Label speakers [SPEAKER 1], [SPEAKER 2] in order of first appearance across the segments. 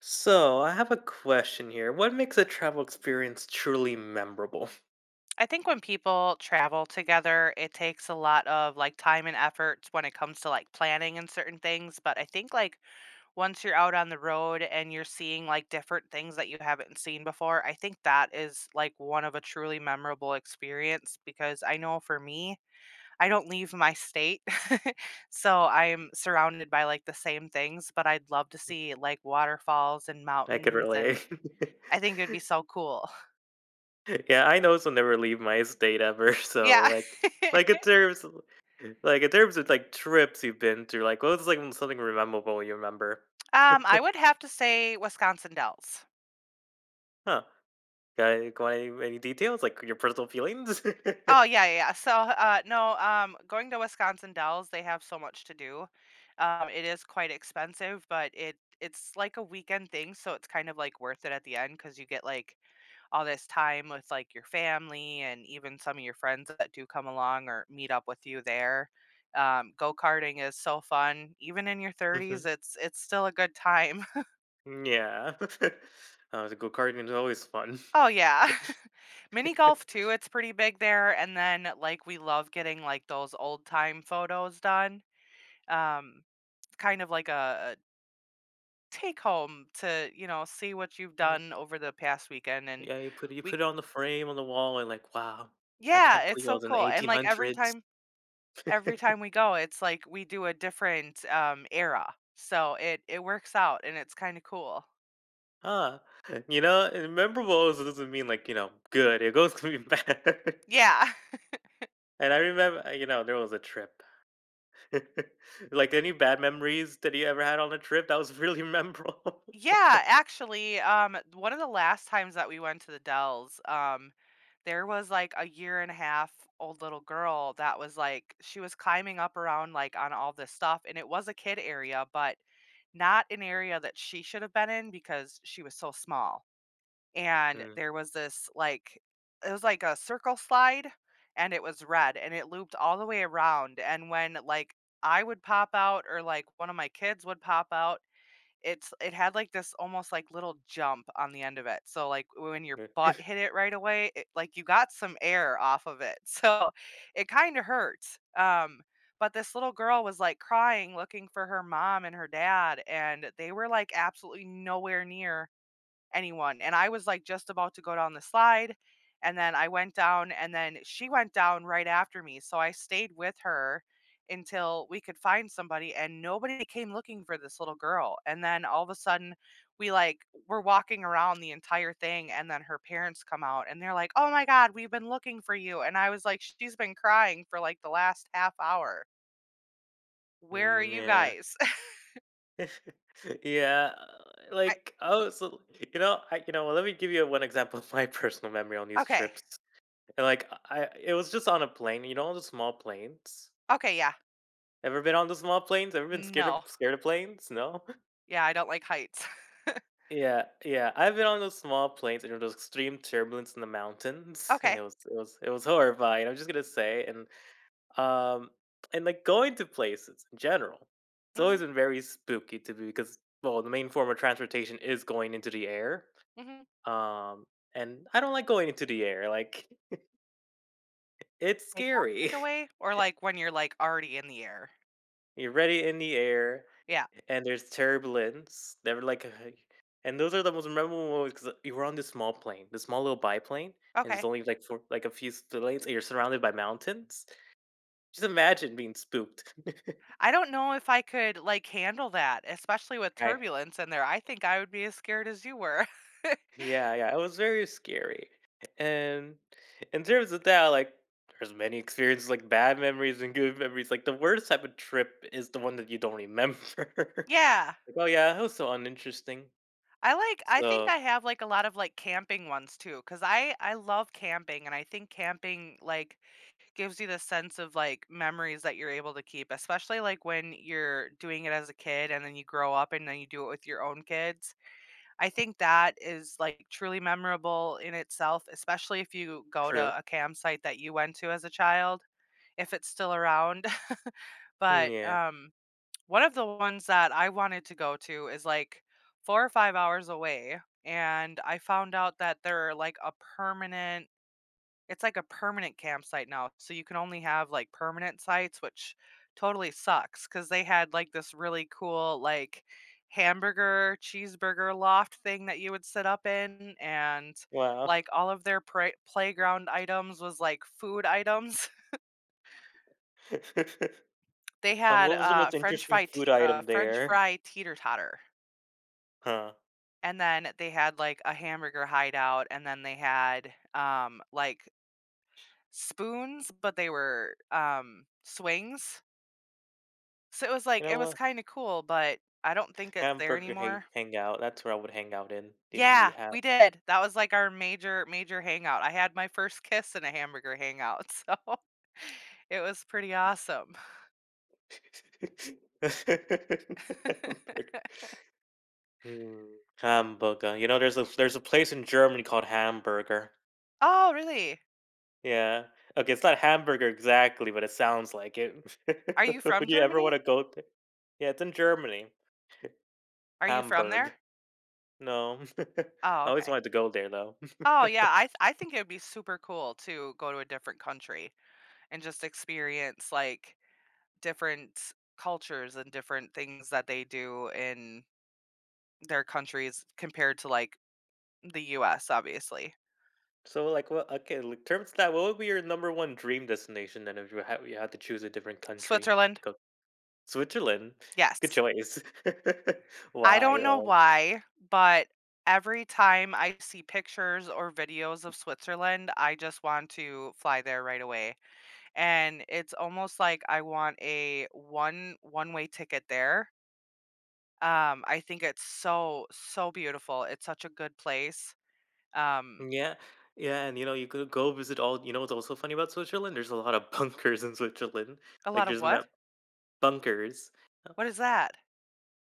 [SPEAKER 1] So, I have a question here. What makes a travel experience truly memorable?
[SPEAKER 2] I think when people travel together, it takes a lot of like time and effort when it comes to like planning and certain things. But I think like once you're out on the road and you're seeing like different things that you haven't seen before, I think that is like one of a truly memorable experience because I know for me, I don't leave my state. So I'm surrounded by like the same things, but I'd love to see like waterfalls and
[SPEAKER 1] I could
[SPEAKER 2] mountains and
[SPEAKER 1] relate.
[SPEAKER 2] I think it would be so cool.
[SPEAKER 1] Yeah, I know this will never leave my state ever. So,
[SPEAKER 2] Yeah.
[SPEAKER 1] like in terms, like in terms of like trips you've been to, like, what was like something memorable you remember?
[SPEAKER 2] I would have to say Wisconsin Dells.
[SPEAKER 1] Huh? Got any details? Like your personal feelings?
[SPEAKER 2] Oh, yeah, yeah, yeah. So, no, going to Wisconsin Dells, they have so much to do. It is quite expensive, but it's like a weekend thing, so it's kind of like worth it at the end because you get like all this time with like your family and even some of your friends that do come along or meet up with you there. Go karting is so fun. Even in your 30s,
[SPEAKER 1] Mhm.
[SPEAKER 2] it's still a good time.
[SPEAKER 1] Yeah. The go karting is always fun.
[SPEAKER 2] Oh, yeah. Mini golf too, it's pretty big there, and then, like, we love getting, like, those old time photos done, um, kind of like a take home to, see what you've done over the past weekend, and
[SPEAKER 1] Yeah, you put it you
[SPEAKER 2] we
[SPEAKER 1] put it on the frame on the wall and like, "Wow, I
[SPEAKER 2] Yeah,
[SPEAKER 1] can't
[SPEAKER 2] it's
[SPEAKER 1] believe I
[SPEAKER 2] so
[SPEAKER 1] was in the
[SPEAKER 2] cool, and, like, every
[SPEAKER 1] 1800s."
[SPEAKER 2] time every time we go, it's like we do a different, era, so it works out, and it's kinda cool.
[SPEAKER 1] Huh, you know, and memorable also doesn't mean like, you know, good, it goes to be bad.
[SPEAKER 2] Yeah.
[SPEAKER 1] And I remember, you know, there was a trip. Like, any bad memories that you ever had on a trip that was really memorable?
[SPEAKER 2] Yeah, actually, one of the last times that we went to the Dells, there was like a year and a half old little girl that was like she was climbing up around like on all this stuff, and it was a kid area, but not an area that she should have been in because she was so small. And
[SPEAKER 1] Mm,
[SPEAKER 2] there was this like it was like a circle slide, and it was red and it looped all the way around. And when like I would pop out or like one of my kids would pop out, it had, like, this almost, like, little jump on the end of it, so, like, when your
[SPEAKER 1] yeah.
[SPEAKER 2] butt hit it right away, it like, you got some air off of it, so it kinda hurts, but this little girl was, like, crying, looking for her mom and her dad, and they were, like, absolutely nowhere near anyone, and I was, like, just about to go down the slide, and then I went down, and then she went down right after me, so I stayed with her until we could find somebody, and nobody came looking for this little girl, and then all of a sudden, we, like were walking around the entire thing, and then her parents come out, and they're like, "Oh my God, we've been looking for you," and I was like, "She's been crying for, like, the last half hour. Where are you
[SPEAKER 1] Mm,
[SPEAKER 2] guys?"
[SPEAKER 1] yeah. Yeah,
[SPEAKER 2] I
[SPEAKER 1] like, oh, so you know, I you know, let me give you one example of my personal memory on these
[SPEAKER 2] Okay.
[SPEAKER 1] trips. And, like, I it was just on a plane, you know, the small planes?
[SPEAKER 2] Okay, yeah.
[SPEAKER 1] Ever been on the small planes? Ever been scared of
[SPEAKER 2] No.
[SPEAKER 1] scared of planes? No?
[SPEAKER 2] Yeah, I don't like heights.
[SPEAKER 1] Yeah, yeah, I've been on those small planes, and there was extreme turbulence in the mountains.
[SPEAKER 2] Okay.
[SPEAKER 1] It was horrifying, I'm just gonna say, um and like, going to places in general, it's
[SPEAKER 2] Mhm,
[SPEAKER 1] always been very spooky to me because, well, the main form of transportation is going into the air.
[SPEAKER 2] mhm.
[SPEAKER 1] Um, and I don't like going into the air, like, it's
[SPEAKER 2] Take off
[SPEAKER 1] scary.
[SPEAKER 2] right away or, like, when you're, like, already in the air?
[SPEAKER 1] You're already in the air,
[SPEAKER 2] Yeah,
[SPEAKER 1] and there's turbulence. They were like, And those are the most memorable moments because you were on this small plane, this small little biplane, and there's
[SPEAKER 2] okay.
[SPEAKER 1] only like four, like a few lanes, and you're surrounded by mountains. Just imagine being spooked.
[SPEAKER 2] I don't know if I could, like, handle that, especially with
[SPEAKER 1] I,
[SPEAKER 2] turbulence in there. I think I would be as scared as you were.
[SPEAKER 1] yeah, yeah, it was very scary. And in terms of that, like, there's many experiences, like bad memories and good memories. Like the worst type of trip is the one that you don't remember.
[SPEAKER 2] Yeah.
[SPEAKER 1] Like, oh yeah, that was so uninteresting.
[SPEAKER 2] I think
[SPEAKER 1] So
[SPEAKER 2] I have, like, a lot of, like, camping ones too, 'cause I love camping, and I think camping, like, gives you the sense of, like, memories that you're able to keep, especially, like, when you're doing it as a kid and then you grow up and then you do it with your own kids. I think that is, like, truly memorable in itself, especially if you go
[SPEAKER 1] true.
[SPEAKER 2] to a campsite that you went to as a child, if it's still around.
[SPEAKER 1] Hmm,
[SPEAKER 2] But,
[SPEAKER 1] yeah.
[SPEAKER 2] one of the ones that I wanted to go to is, like, 4 or 5 hours away, and I found out that they're, like, a permanent it's like a permanent campsite now, so you can only have, like, permanent sites, which totally sucks. 'Cause they had, like, this really cool, like, hamburger, cheeseburger loft thing that you would sit up in, and,
[SPEAKER 1] Wow.
[SPEAKER 2] like, all of their pra playground items was, like, food items. They had,
[SPEAKER 1] What was the most
[SPEAKER 2] french
[SPEAKER 1] interesting
[SPEAKER 2] fry
[SPEAKER 1] food
[SPEAKER 2] te uh,
[SPEAKER 1] item
[SPEAKER 2] french
[SPEAKER 1] there?
[SPEAKER 2] fry teeter totter,
[SPEAKER 1] Huh.
[SPEAKER 2] and then they had, like, a hamburger hideout, and then they had, like, spoons, but they were, swings. So it was like
[SPEAKER 1] You
[SPEAKER 2] it
[SPEAKER 1] know
[SPEAKER 2] was
[SPEAKER 1] what?
[SPEAKER 2] kinda cool, but I don't think it's there
[SPEAKER 1] Hamburger hang
[SPEAKER 2] anymore.
[SPEAKER 1] Hangout. That's where I would hang out in. In the
[SPEAKER 2] Yeah,
[SPEAKER 1] ham.
[SPEAKER 2] we did. That was like our major hangout. I had my first kiss in a hamburger hangout, so it was pretty awesome.
[SPEAKER 1] Hamburger. Hmm. Hamburger. You know, there's a place in Germany called Hamburger.
[SPEAKER 2] Oh, really?
[SPEAKER 1] Yeah. Okay, it's not hamburger exactly, but it sounds like it.
[SPEAKER 2] Are you from
[SPEAKER 1] Would you ever want
[SPEAKER 2] Germany?
[SPEAKER 1] to go there? Yeah, it's in Germany.
[SPEAKER 2] Are you from
[SPEAKER 1] Hamburg.
[SPEAKER 2] there?
[SPEAKER 1] No. I
[SPEAKER 2] Oh,
[SPEAKER 1] always
[SPEAKER 2] okay.
[SPEAKER 1] wanted to go there though.
[SPEAKER 2] Oh, yeah, I think it'd be super cool to go to a different country and just experience, like, different cultures and different things that they do in their countries compared to, like, the US, obviously.
[SPEAKER 1] So, like, well, okay, like, terms of that, what would be your number one dream destination then if you had to choose a different country?
[SPEAKER 2] Switzerland?
[SPEAKER 1] Go Switzerland. Good
[SPEAKER 2] Yes.
[SPEAKER 1] choice.
[SPEAKER 2] I
[SPEAKER 1] Why
[SPEAKER 2] don't know
[SPEAKER 1] though?
[SPEAKER 2] why, but every time I see pictures or videos of Switzerland, I just want to fly there right away. And it's almost like I want a one-way ticket there. I think it's so, so beautiful. It's such a good place. Um,
[SPEAKER 1] Yeah. Yeah, and you know, you could go visit all, you know what's also funny about Switzerland? There's a lot of bunkers in Switzerland.
[SPEAKER 2] a lot
[SPEAKER 1] Like
[SPEAKER 2] of
[SPEAKER 1] there's
[SPEAKER 2] what?
[SPEAKER 1] map Bunkers.
[SPEAKER 2] What is that?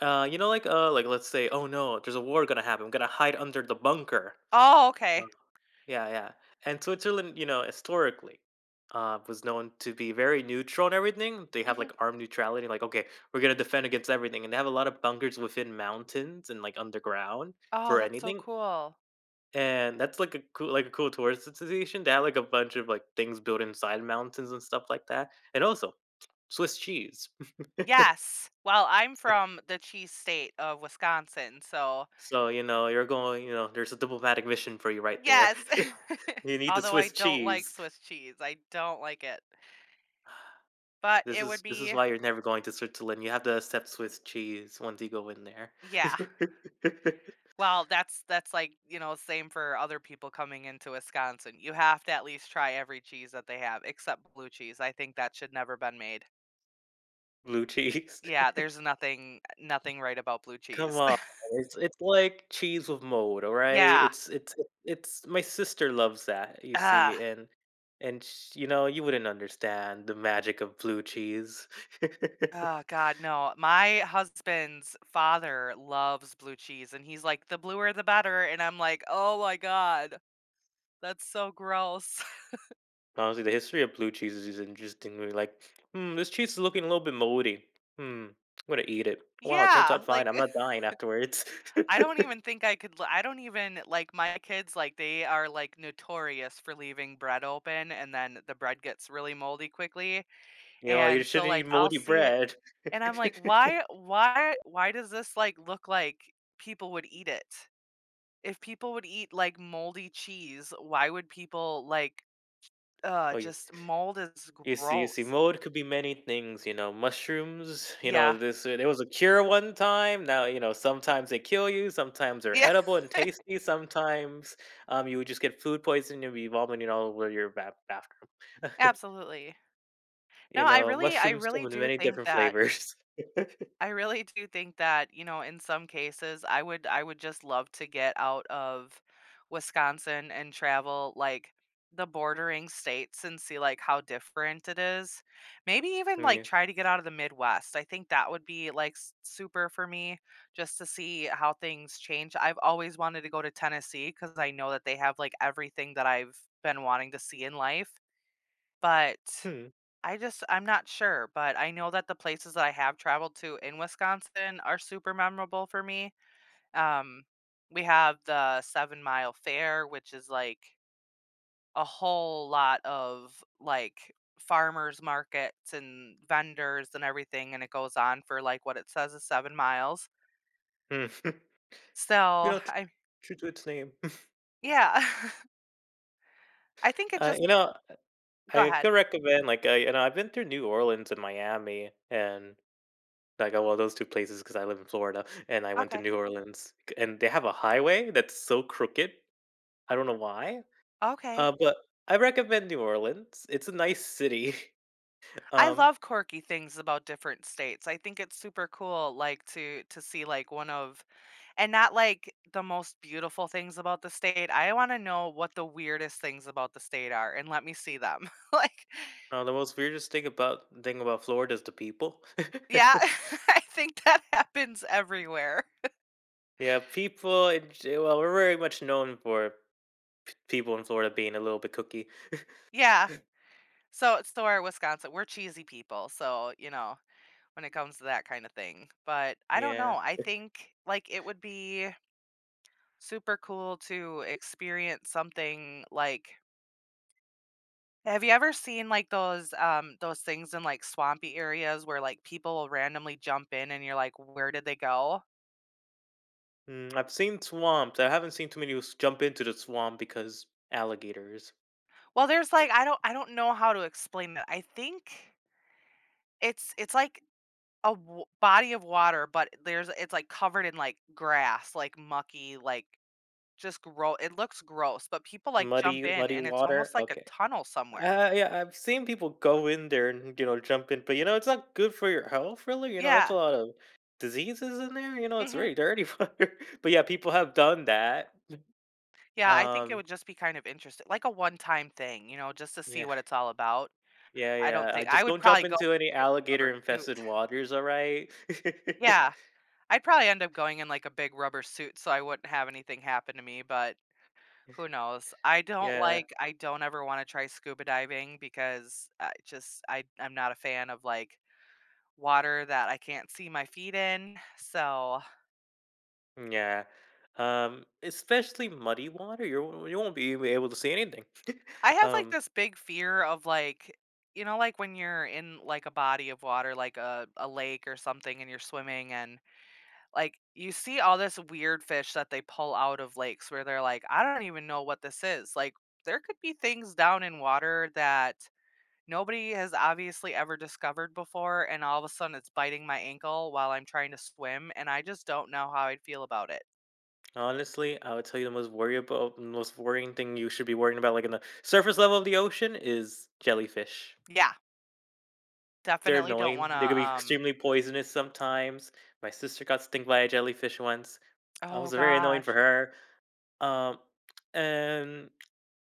[SPEAKER 1] You know, like let's say, oh no, there's a war gonna happen. I'm gonna hide under the bunker.
[SPEAKER 2] Oh, okay.
[SPEAKER 1] Yeah, yeah. And Switzerland, you know, historically, was known to be very neutral and everything. They have
[SPEAKER 2] Mhm.
[SPEAKER 1] like armed neutrality, like, okay, we're gonna defend against everything. And they have a lot of bunkers within mountains and like underground
[SPEAKER 2] Oh,
[SPEAKER 1] for
[SPEAKER 2] that's so
[SPEAKER 1] anything.
[SPEAKER 2] cool.
[SPEAKER 1] And that's like a cool tourist destination. They have like a bunch of like things built inside mountains and stuff like that. And also Swiss cheese.
[SPEAKER 2] Yes. Well, I'm from the cheese state of Wisconsin, so
[SPEAKER 1] So, you know, you're going, you know, there's a diplomatic mission for you right there.
[SPEAKER 2] yes.
[SPEAKER 1] You need the
[SPEAKER 2] Although I
[SPEAKER 1] Swiss
[SPEAKER 2] don't like
[SPEAKER 1] cheese.
[SPEAKER 2] Swiss cheese. I don't like it. But
[SPEAKER 1] This
[SPEAKER 2] it would
[SPEAKER 1] is this is
[SPEAKER 2] be
[SPEAKER 1] why you're never going to Switzerland. You have to accept Swiss cheese once you go in there.
[SPEAKER 2] yeah. Well, that's like, same for other people coming into Wisconsin. You have to at least try every cheese that they have except blue cheese. I think that should never been made.
[SPEAKER 1] Blue cheese.
[SPEAKER 2] Yeah, there's nothing right about blue
[SPEAKER 1] Come
[SPEAKER 2] cheese.
[SPEAKER 1] on. It's like cheese with mold, all right?
[SPEAKER 2] Yeah.
[SPEAKER 1] It's my sister loves that, you
[SPEAKER 2] Ugh.
[SPEAKER 1] see, and sh you know, you wouldn't understand the magic of blue cheese.
[SPEAKER 2] Oh God, no. My husband's father loves blue cheese and he's like, the bluer the better. And I'm like, oh my God, that's so gross.
[SPEAKER 1] Honestly, the history of blue cheese is interesting. We're like, hmm, this cheese is looking a little bit moldy. Hmm, I'm gonna eat it. Wow, it turns
[SPEAKER 2] Yeah.
[SPEAKER 1] out
[SPEAKER 2] Like
[SPEAKER 1] fine. I'm not dying afterwards.
[SPEAKER 2] I don't even think I don't even like my kids, like they are like notorious for leaving bread open and then the bread gets really moldy quickly.
[SPEAKER 1] You know, you
[SPEAKER 2] And so
[SPEAKER 1] shouldn't eat
[SPEAKER 2] like I'll
[SPEAKER 1] moldy
[SPEAKER 2] see it
[SPEAKER 1] bread.
[SPEAKER 2] and I'm like, why does this like look like people would eat it? If people would eat, like, moldy cheese, why would people, like ugh,
[SPEAKER 1] Oh, you
[SPEAKER 2] just mold is
[SPEAKER 1] you see you see,
[SPEAKER 2] gross.
[SPEAKER 1] mold could be many things, you know, mushrooms, you
[SPEAKER 2] Yeah.
[SPEAKER 1] know, this there was a cure one time, now, you know, sometimes they kill you, sometimes they're
[SPEAKER 2] Yeah,
[SPEAKER 1] edible and tasty, sometimes, you would just get food poisoning and be vomiting all over your ba bathroom.
[SPEAKER 2] absolutely.
[SPEAKER 1] You
[SPEAKER 2] No,
[SPEAKER 1] know,
[SPEAKER 2] I
[SPEAKER 1] mushrooms come
[SPEAKER 2] really
[SPEAKER 1] in
[SPEAKER 2] do
[SPEAKER 1] many
[SPEAKER 2] think
[SPEAKER 1] different
[SPEAKER 2] that
[SPEAKER 1] flavors.
[SPEAKER 2] I really do think that, in some cases, I would just love to get out of Wisconsin and travel like the bordering states and see like how different it is. Maybe even
[SPEAKER 1] Mm,
[SPEAKER 2] like
[SPEAKER 1] yeah.
[SPEAKER 2] try to get out of the Midwest. I think that would be like super for me just to see how things change. I've always wanted to go to Tennessee cuz I know that they have like everything that I've been wanting to see in life. But
[SPEAKER 1] Hmm,
[SPEAKER 2] I'm not sure, but I know that the places that I have traveled to in Wisconsin are super memorable for me. Um, we have the Seven Mile Fair, which is like a whole lot of like farmers markets and vendors and everything, and it goes on for like what it says is 7 miles.
[SPEAKER 1] hmm. You
[SPEAKER 2] So
[SPEAKER 1] know, tr
[SPEAKER 2] I
[SPEAKER 1] true to its name.
[SPEAKER 2] yeah, I think it just
[SPEAKER 1] You know
[SPEAKER 2] go
[SPEAKER 1] I
[SPEAKER 2] ahead.
[SPEAKER 1] could recommend, like, I you know, I've been through New Orleans and Miami, and, like, oh, well, those two places because I live in Florida, and I went to
[SPEAKER 2] Okay.
[SPEAKER 1] New Orleans, c and they have a highway that's so crooked. I don't know why,
[SPEAKER 2] Okay.
[SPEAKER 1] but I recommend New Orleans, it's a nice city.
[SPEAKER 2] I
[SPEAKER 1] um,
[SPEAKER 2] love quirky things about different states. I think it's super cool like to see like one of and not like the most beautiful things about the state. I wanna know what the weirdest things about the state are and let me see them. Like,
[SPEAKER 1] uh, the most weirdest thing about Florida is the people.
[SPEAKER 2] yeah, I think that happens everywhere.
[SPEAKER 1] Yeah, people in ge well, we're very much known for people in Florida being a little bit cookie.
[SPEAKER 2] Yeah. So it's so are Wisconsin. We're cheesy people, so, when it comes to that kinda thing. But I don't know.
[SPEAKER 1] Yeah.
[SPEAKER 2] I think, like, it would be super cool to experience something. Have you ever seen, like, those things in, like, swampy areas where, like, people will randomly jump in and you're like, "Where did they go?"
[SPEAKER 1] Mm, I've seen swamps. I haven't seen too many who jump into the swamp because alligators,
[SPEAKER 2] Well, there's, like I don't know how to explain it. I think it's like a w body of water, but there's it's, like, covered in, like, grass, like, mucky, like, just gro it looks gross, but people, like, jump
[SPEAKER 1] muddy,
[SPEAKER 2] in,
[SPEAKER 1] muddy
[SPEAKER 2] and it's
[SPEAKER 1] water.
[SPEAKER 2] almost like a
[SPEAKER 1] Okay.
[SPEAKER 2] tunnel somewhere.
[SPEAKER 1] Yeah, I've seen people go in there and you know jump in, but you know it's not good for your health, really. You know that's
[SPEAKER 2] Yeah.
[SPEAKER 1] a lot of diseases in there. You know it's
[SPEAKER 2] Mhm.
[SPEAKER 1] very dirty water. But yeah, people have done that.
[SPEAKER 2] Yeah, I think it
[SPEAKER 1] Um,
[SPEAKER 2] would just be kind of interesting, like, a one-time thing, just to see
[SPEAKER 1] yeah,
[SPEAKER 2] what it's all about. I don't
[SPEAKER 1] yeah. I
[SPEAKER 2] think I
[SPEAKER 1] just
[SPEAKER 2] would
[SPEAKER 1] don't jump
[SPEAKER 2] probably go
[SPEAKER 1] into any
[SPEAKER 2] in a big rubber
[SPEAKER 1] alligator infested
[SPEAKER 2] suit.
[SPEAKER 1] waters. All right.
[SPEAKER 2] Yeah, I'd probably end up going in, like, a big rubber suit so I wouldn't have anything happen to me, but who knows?
[SPEAKER 1] Yeah.
[SPEAKER 2] I don't ever wanna try scuba diving because I just I I'm not a fan of, like, water that I can't see my feet in, so
[SPEAKER 1] Yeah. Especially muddy water, you won't be able to see anything.
[SPEAKER 2] I have, like,
[SPEAKER 1] um,
[SPEAKER 2] this big fear of, like like, when you're in, like, a body of water, like a lake or something and you're swimming and like, you see all this weird fish that they pull out of lakes where they're like, "I don't even know what this is." Like, there could be things down in water that nobody has obviously ever discovered before, and all of a sudden it's biting my ankle while I'm trying to swim, and I just don't know how I'd feel about it.
[SPEAKER 1] Honestly, I would tell you the most worrying thing you should be worrying about, like in the surface level of the ocean, is jellyfish.
[SPEAKER 2] Yeah,
[SPEAKER 1] They're
[SPEAKER 2] definitely don't
[SPEAKER 1] annoying.
[SPEAKER 2] wanna,
[SPEAKER 1] They can be extremely poisonous sometimes. My sister got stung by a jellyfish once. I
[SPEAKER 2] oh
[SPEAKER 1] was very annoying
[SPEAKER 2] gosh.
[SPEAKER 1] for her. Um, and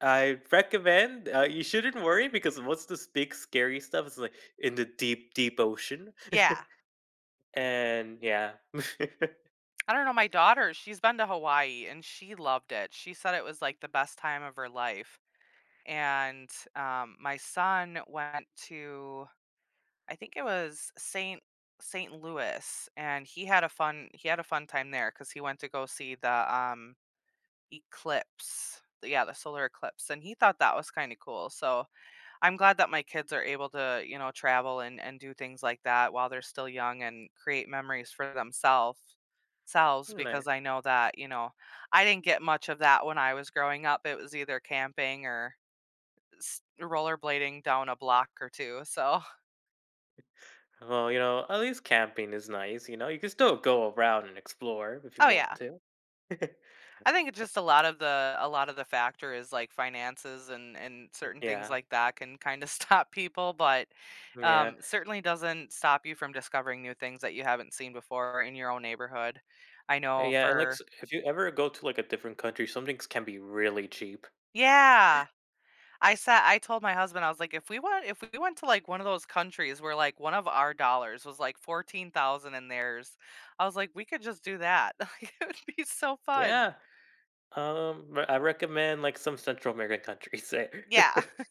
[SPEAKER 1] I recommend you shouldn't worry because most of this big scary stuff is like in the deep, deep ocean.
[SPEAKER 2] Yeah.
[SPEAKER 1] And yeah.
[SPEAKER 2] I don't know, my daughter, she's been to Hawaii, and she loved it. She said it was, like, the best time of her life, and, my son went to I think it was St. Louis, and he had a fun time there because he went to go see the, eclipse. Yeah, the solar eclipse, and he thought that was kinda cool, so I'm glad that my kids are able to, travel and do things like that while they're still young and create memories for themselves selves because
[SPEAKER 1] Nice.
[SPEAKER 2] I know that, I didn't get much of that when I was growing up. It was either camping or s rollerblading down a block or 2, so
[SPEAKER 1] Well, you know, at least camping is nice, you know? You can still go around and explore if you
[SPEAKER 2] Oh,
[SPEAKER 1] want
[SPEAKER 2] yeah.
[SPEAKER 1] to.
[SPEAKER 2] I think it's just a lot of the factor is like finances and certain things
[SPEAKER 1] Yeah.
[SPEAKER 2] like that can kind of stop people, but
[SPEAKER 1] Yeah.
[SPEAKER 2] certainly doesn't stop you from discovering new things that you haven't seen before in your own neighborhood. I know
[SPEAKER 1] Yeah, and like s
[SPEAKER 2] for
[SPEAKER 1] if you ever go to like a different country, some things can be really cheap.
[SPEAKER 2] Yeah, I told my husband I was like, if we went to like one of those countries where like one of our dollars was like 14,000 and theirs, I was like, we could just do that. Like, it would be so fun.
[SPEAKER 1] Yeah. Re I recommend like some Central American countries there.
[SPEAKER 2] Yeah,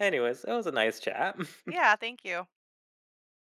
[SPEAKER 1] Anyways, it was a nice chat.
[SPEAKER 2] yeah. Thank you.